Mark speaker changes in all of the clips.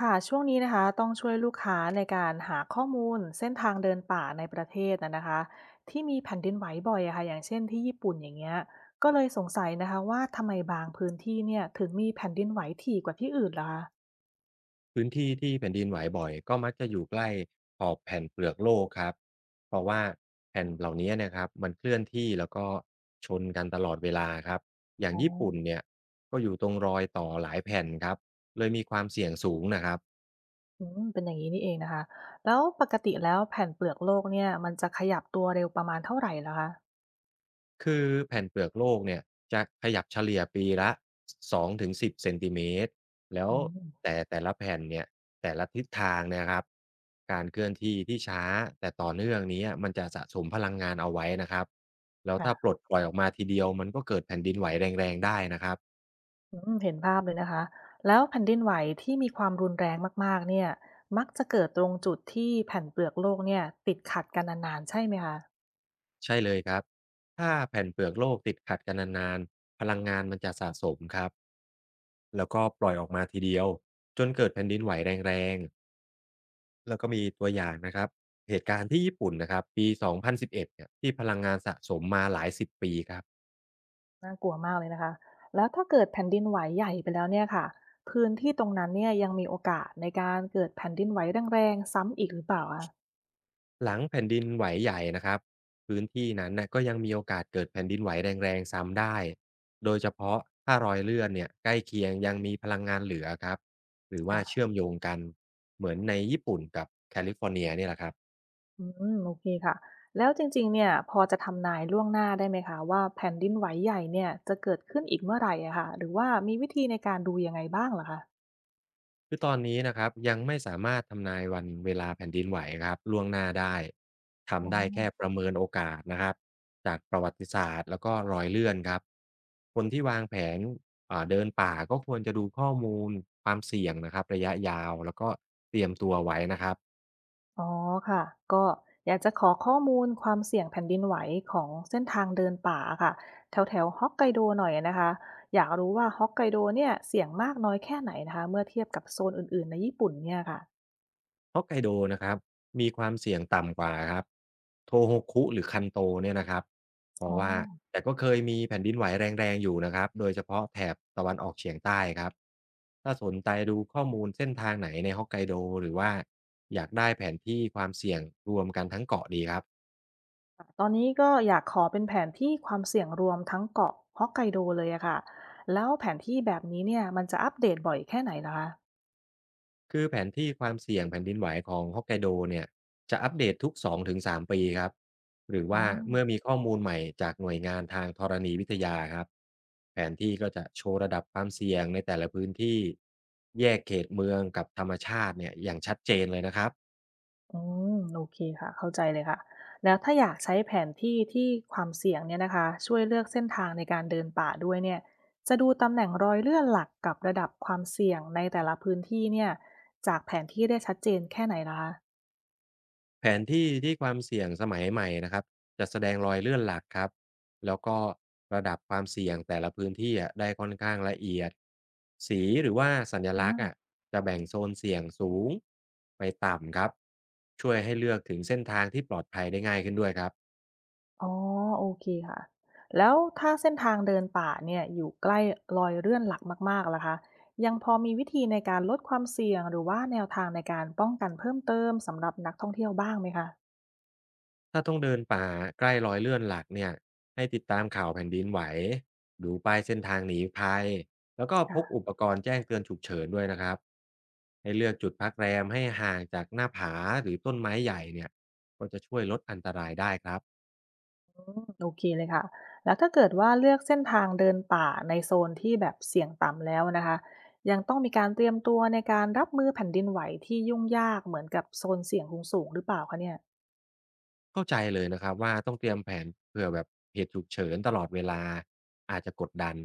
Speaker 1: ค่ะช่วงนี้นะคะต้องช่วยลูกค้าในการหาข้อมูลเส้นทางเดินป่าในประเทศนะคะที่มีแผ่นดินไหวบ่อยอะค่ะอย่างเช่นที่ญี่ปุ่นอย่างเงี้ยก็เลยสงสัยนะคะว่าทำไมบางพื้นที่เนี่ยถึงมีแผ่นดินไหวถี่กว่าที่อื่นล่ะคะ
Speaker 2: พื้นที่ที่แผ่นดินไหวบ่อยก็มักจะอยู่ใกล้ขอบแผ่นเปลือกโลกครับ เพราะว่าแผ่นเหล่านี้นะครับมันเคลื่อนที่แล้วก็ชนกันตลอดเวลาครับ อย่า
Speaker 1: อ๋
Speaker 2: ง
Speaker 1: อ
Speaker 2: ญี่ปุ่นเนี่ยก็อยู่ตรงรอยต่อหลายแผ่นครับ เลยมีความเสี่ยงสูงนะครับ
Speaker 1: อืมเป็นอย่างนี้นี่เองนะคะแล้วปกติแล้วแผ่นเปลือกโลกเนี่ยมันจะขยับตัวเร็วประมาณเท่าไหร่ล่ะคะ
Speaker 2: คือแผ่นเปลือกโลกเนี่ยจะขยับเฉลี่ยปีละสองถึงสิบเซนติเมตรแล้ว
Speaker 1: อืม
Speaker 2: แต่ละแผ่นเนี่ยแต่ละทิศทางเนี่ยครับการเคลื่อนที่ที่ช้าแต่ต่อเนื่องนี้มันจะสะสมพลังงานเอาไว้นะครับแล้วถ้าปล
Speaker 1: ค่ะ
Speaker 2: ดปล่อยออกมาทีเดียวมันก็เกิดแผ่นดินไหวแรงๆได้นะครับ
Speaker 1: อืมเห็นภาพเลยนะคะแล้วแผ่นดินไหวที่มีความรุนแรงมากๆเนี่ยมักจะเกิดตรงจุดที่แผ่นเปลือกโลกเนี่ยติดขัดกันนานๆใช่ไหมคะ
Speaker 2: ใช่เลยครับถ้าแผ่นเปลือกโลกติดขัดกันนานๆพลังงานมันจะสะสมครับแล้วก็ปล่อยออกมาทีเดียวจนเกิดแผ่นดินไหวแรงๆ แล้วก็มีตัวอย่างนะครับเหตุการณ์ที่ญี่ปุ่นนะครับปี2011เอ็ดเนี่ยที่พลังงานสะสมมาหลายสิบปีครับ
Speaker 1: น่ากลัวมากเลยนะคะแล้วถ้าเกิดแผ่นดินไหวใหญ่ไปแล้วเนี่ยค่ะพื้นที่ตรงนั้นเนี่ยยังมีโอกาสในการเกิดแผ่นดินไหวแรงๆซ้ำอีกหรือเปล่าอะ
Speaker 2: หลังแผ่นดินไหวใหญ่นะครับพื้นที่นั้นน่ะก็ยังมีโอกาสเกิดแผ่นดินไหวแรงๆซ้ำได้โดยเฉพาะถ้ารอยเลื่อนเนี่ยใกล้เคียงยังมีพลังงานเหลือครับหรือว่าเชื่
Speaker 1: ค่ะ
Speaker 2: อมโยงกันเหมือนในญี่ปุ่นกับแคลิฟอร์เนียเนี่ยแหละครับ
Speaker 1: อืมโอเคค่ะแล้วจริงๆเนี่ยพอจะทำนายล่วงหน้าได้ไหมคะว่าแผ่นดินไหวใหญ่เนี่ยจะเกิดขึ้นอีกเมื่อไหรอะค่ะหรือว่ามีวิธีในการดูยังไงบ้างเหรอคะ
Speaker 2: คือตอนนี้นะครับยังไม่สามารถทำนายวันเวลาแผ่นดินไหวครับล่วงหน้าได้
Speaker 1: อ๋อ
Speaker 2: ทำได้แค่ประเมินโอกาสนะครับจากประวัติศาสตร์แล้วก็รอยเลื่อนครับคนที่วางแผนเดินป่าก็ควรจะดูข้อมูลความเสี่ยงนะครับระยะยาวแล้วก็เตรียมตัวไว้นะครับ
Speaker 1: อ๋อค่ะก็อยากจะขอข้อมูลความเสี่ยงแผ่นดินไหวของเส้นทางเดินป่าค่ะแถวแถวฮอกไกโดหน่อยนะคะอยากรู้ว่าฮอกไกโดเนี่ยเสี่ยงมากน้อยแค่ไหนนะคะเมื่อเทียบกับโซนอื่นๆในญี่ปุ่นเนี่ยค่ะ
Speaker 2: ฮอกไกโดนะครับมีความเสี่ยงต่ำกว่าครับโทโฮคุหรือคันโตเนี่ยนะครับเพ
Speaker 1: อ๋อ
Speaker 2: ราะว่าแต่ก็เคยมีแผ่นดินไหวแรงๆอยู่นะครับโดยเฉพาะแถบตะวันออกเฉียงใต้ครับถ้าสนใจดูข้อมูลเส้นทางไหนในฮอกไกโดหรือว่าอยากได้แผนที่ความเสี่ยงรวมกันทั้งเกาะดีครับ
Speaker 1: ตอนนี้ก็อยากขอเป็นแผนที่ความเสี่ยงรวมทั้งเกาะฮอกไกโดเลยอะค่ะแล้วแผนที่แบบนี้เนี่ยมันจะอัปเดตบ่อยแค่ไหนล่ะคะ
Speaker 2: คือแผนที่ความเสี่ยงแผ่นดินไหวของฮอกไกโดเนี่ยจะอัปเดตทุก2-3ปีครับหรือ
Speaker 1: อ๋อ
Speaker 2: ว่าเมื่อมีข้อมูลใหม่จากหน่วยงานทางธรณีวิทยาครับแผนที่ก็จะโชว์ระดับความเสี่ยงในแต่ละพื้นที่แยกเขตเมืองกับธรรมชาติเนี่ยอย่างชัดเจนเลยนะครับ
Speaker 1: อืมโอเคค่ะเข้าใจเลยค่ะแล้วถ้าอยากใช้แผนที่ที่ความเสี่ยงเนี่ยนะคะช่วยเลือกเส้นทางในการเดินป่าด้วยเนี่ยจะดูตำแหน่งรอยเลื่อนหลักกับระดับความเสี่ยงในแต่ละพื้นที่เนี่ยจากแผนที่ได้ชัดเจนแค่ไหนล่ะคะ
Speaker 2: แผนที่ที่ความเสี่ยงสมัยใหม่นะครับจะแสดงรอยเลื่อนหลักครับแล้วก็ระดับความเสี่ยงแต่ละพื้นที่อะได้ค่อนข้างละเอียดสีหรือว่าสัญลักษณ์อะ
Speaker 1: อา
Speaker 2: จะแบ่งโซนเสี่ยงสูงไปต่ำครับช่วยให้เลือกถึงเส้นทางที่ปลอดภัยได้ง่ายขึ้นด้วยครับ
Speaker 1: อ๋อโอเคค่ะแล้วถ้าเส้นทางเดินป่าเนี่ยอยู่ใกล้รอยเลื่อนหลักมากๆล่ะคะยังพอมีวิธีในการลดความเสี่ยงหรือว่าแนวทางในการป้องกันเพิ่มเติมสำหรับนักท่องเที่ยวบ้างไหมคะ
Speaker 2: ถ้าต้องเดินป่าใกล้รอยเลื่อนหลักเนี่ยให้ติดตามข่าวแผ่นดินไหวดูป้ายเส้นทางหนีภัยแล้วก็พกอุ
Speaker 1: ค่ะ
Speaker 2: ปกรณ์แจ้งเตือนฉุกเฉินด้วยนะครับให้เลือกจุดพักแรมให้ห่างจากหน้าผาหรือต้นไม้ใหญ่เนี่ยก็จะช่วยลดอันตรายได้ครับ
Speaker 1: อืมโอเคเลยค่ะแล้วถ้าเกิดว่าเลือกเส้นทางเดินป่าในโซนที่แบบเสี่ยงต่ำแล้วนะคะยังต้องมีการเตรียมตัวในการรับมือแผ่นดินไหวที่ยุ่งยากเหมือนกับโซนเสี่ยงสูงๆหรือเปล่าคะเนี่ย
Speaker 2: เข้าใจเลยนะครับว่าต้องเตรียมแผนเผื่อแบบเหตุฉุกเฉินตลอดเวลาอาจจะกดดัน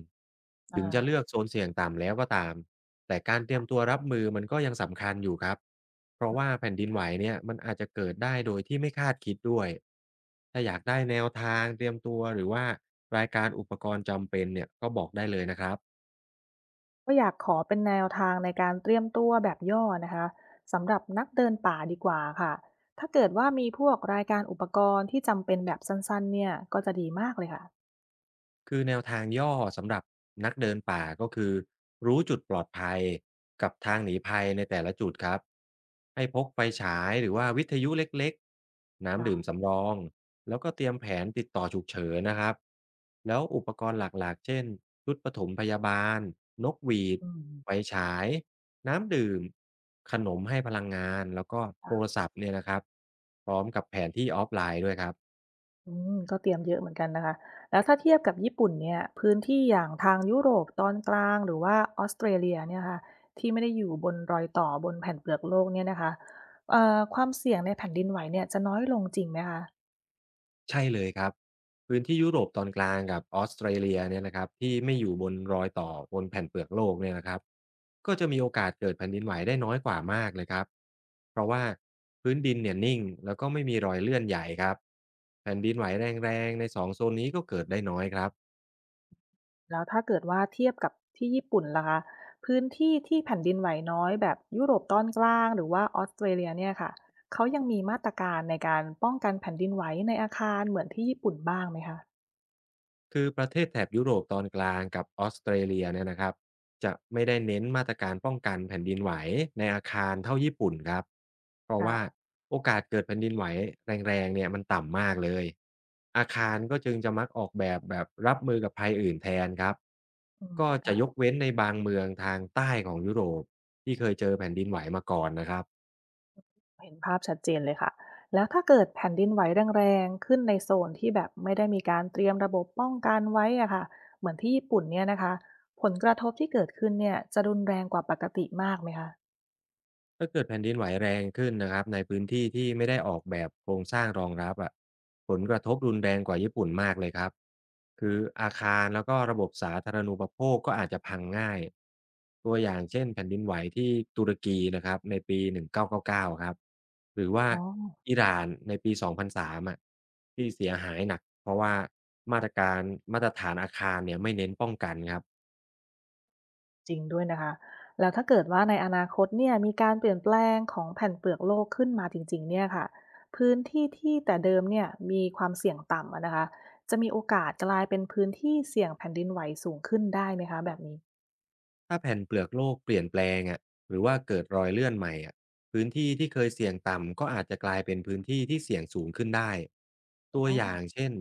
Speaker 1: อา
Speaker 2: ถึงจะเลือกโซนเสี่ยงต่ำแล้วก็ตามแต่การเตรียมตัวรับมือมันก็ยังสำคัญอยู่ครับเพราะว่าแผ่นดินไหวเนี่ยมันอาจจะเกิดได้โดยที่ไม่คาดคิดด้วยถ้าอยากได้แนวทางเตรียมตัวหรือว่ารายการอุปกรณ์จำเป็นเนี่ยก็บอกได้เลยนะครับ
Speaker 1: ก็อยากขอเป็นแนวทางในการเตรียมตัวแบบย่อนะคะสำหรับนักเดินป่าดีกว่าค่ะถ้าเกิดว่ามีพวกรายการอุปกรณ์ที่จำเป็นแบบสั้นๆเนี่ยก็จะดีมากเลยค่ะ
Speaker 2: คือแนวทางย่อสำหรับนักเดินป่าก็คือรู้จุดปลอดภัยกับทางหนีภัยในแต่ละจุดครับให้พกไฟฉายหรือว่าวิทยุเล็กๆ
Speaker 1: อ่า
Speaker 2: น้ำดื่มสำรองแล้วก็เตรียมแผนติดต่อฉุกเฉินนะครับแล้วอุปกรณ์หลักๆเช่นชุดปฐมพยาบาลนกหวีด
Speaker 1: อืม
Speaker 2: ไฟฉายน้ำดื่มขนมให้พลังงานแล้วก็โทรศัพท์เนี่ยนะครับพร้อมกับแผนที่ออฟไลน์ด้วยครับ
Speaker 1: อืมก็เตรียมเยอะเหมือนกันนะคะแล้วถ้าเทียบกับญี่ปุ่นเนี่ยพื้นที่อย่างทางยุโรปตอนกลางหรือว่าออสเตรเลียเนี่ยค่ะที่ไม่ได้อยู่บนรอยต่อบนแผ่นเปลือกโลกเนี่ยนะคะความเสี่ยงในแผ่นดินไหวเนี่ยจะน้อยลงจริงไหมคะ
Speaker 2: ใช่เลยครับพื้นที่ยุโรปตอนกลางกับออสเตรเลียเนี่ยนะครับที่ไม่อยู่บนรอยต่อบนแผ่นเปลือกโลกเนี่ยนะครับก็จะมีโอกาสเกิดแผ่นดินไหวได้น้อยกว่ามากเลยครับเพราะว่าพื้นดินเนี่ยนิ่งแล้วก็ไม่มีรอยเลื่อนใหญ่ครับแผ่นดินไหวแรงๆในสองโซนนี้ก็เกิดได้น้อยครับ
Speaker 1: แล้วถ้าเกิดว่าเทียบกับที่ญี่ปุ่นล่ะคะพื้นที่ที่แผ่นดินไหวน้อยแบบยุโรปตอนกลางหรือว่าออสเตรเลียเนี่ยค่ะเขายังมีมาตรการในการป้องกันแผ่นดินไหวในอาคารเหมือนที่ญี่ปุ่นบ้างไหมคะ
Speaker 2: คือประเทศแถบยุโรปตอนกลางกับออสเตรเลียเนี่ยนะครับจะไม่ได้เน้นมาตรการป้องกันแผ่นดินไหวในอาคารเท่าญี่ปุ่นครับเพราะว่า
Speaker 1: ค่ะ
Speaker 2: โอกาสเกิดแผ่นดินไหวแรงๆเนี่ยมันต่ำมากเลยอาคารก็จึงจะมักออกแบบแบบรับมือกับภัยอื่นแทนครับ
Speaker 1: อืม
Speaker 2: ก็
Speaker 1: ค่ะ
Speaker 2: จะยกเว้นในบางเมืองทางใต้ของยุโรปที่เคยเจอแผ่นดินไหวมาก่อนนะครับ
Speaker 1: เห็นภาพชัดเจนเลยค่ะแล้วถ้าเกิดแผ่นดินไหวแรงๆขึ้นในโซนที่แบบไม่ได้มีการเตรียมระบบป้องกันไว้อะค่ะเหมือนที่ญี่ปุ่นเนี่ยนะคะผลกระทบที่เกิดขึ้นเนี่ยจะรุนแรงกว่าปกติมากไหมคะ
Speaker 2: ถ้าเกิดแผ่นดินไหวแรงขึ้นนะครับในพื้นที่ที่ไม่ได้ออกแบบโครงสร้างรองรับอะผลกระทบรุนแรงกว่าญี่ปุ่นมากเลยครับคืออาคารแล้วก็ระบบสาธารณูปโภคก็อาจจะพังง่ายตัวอย่างเช่นแผ่นดินไหวที่ตุรกีนะครับในปี1999ครับหรือว่า
Speaker 1: อ๋อ
Speaker 2: อิหร่านในปี2003องพันสามอ่ะที่เสียหายหนักเพราะว่ามาตรการมาตรฐานอาคารเนี่ยไม่เน้นป้องกันครับ
Speaker 1: จริงด้วยนะคะแล้วถ้าเกิดว่าในอนาคตเนี่ยมีการเปลี่ยนแปลงของแผ่นเปลือกโลกขึ้นมาจริงๆเนี่ยค่ะพื้นที่ที่แต่เดิมเนี่ยมีความเสี่ยงต่ำอะนะคะจะมีโอกาสกลายเป็นพื้นที่เสี่ยงแผ่นดินไหวสูงขึ้นได้ไหมคะแบบนี้
Speaker 2: ถ้าแผ่นเปลือกโลกเปลี่ยนแปลงอะหรือว่าเกิดรอยเลื่อนใหม่อะพื้นที่ที่เคยเสี่ยงต่ำก็อาจจะกลายเป็นพื้นที่ที่เสี่ยงสูงขึ้นได้
Speaker 1: อ๋
Speaker 2: ตัว
Speaker 1: อ
Speaker 2: อย่างเช่น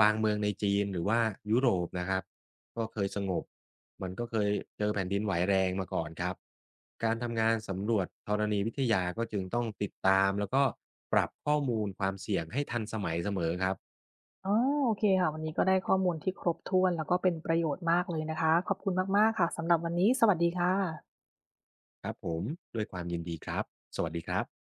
Speaker 2: บางเมืองในจีนหรือว่ายุโรปนะครับก็เคยสงบมันก็เคยเจอแผ่นดินไหวแรงมาก่อนครับการทำงานสำรวจธรณีวิทยาก็จึงต้องติดตามแล้วก็ปรับข้อมูลความเสี่ยงให้ทันสมัยเสมอครับ
Speaker 1: อ๋อโอเคค่ะวันนี้ก็ได้ข้อมูลที่ครบถ้วนแล้วก็เป็นประโยชน์มากเลยนะคะ ขอบคุณมากๆค่ะสำหรับวันนี้ สวัสดีค่ะ
Speaker 2: ครับผมด้วยความยินดีครับสวัสดีครับ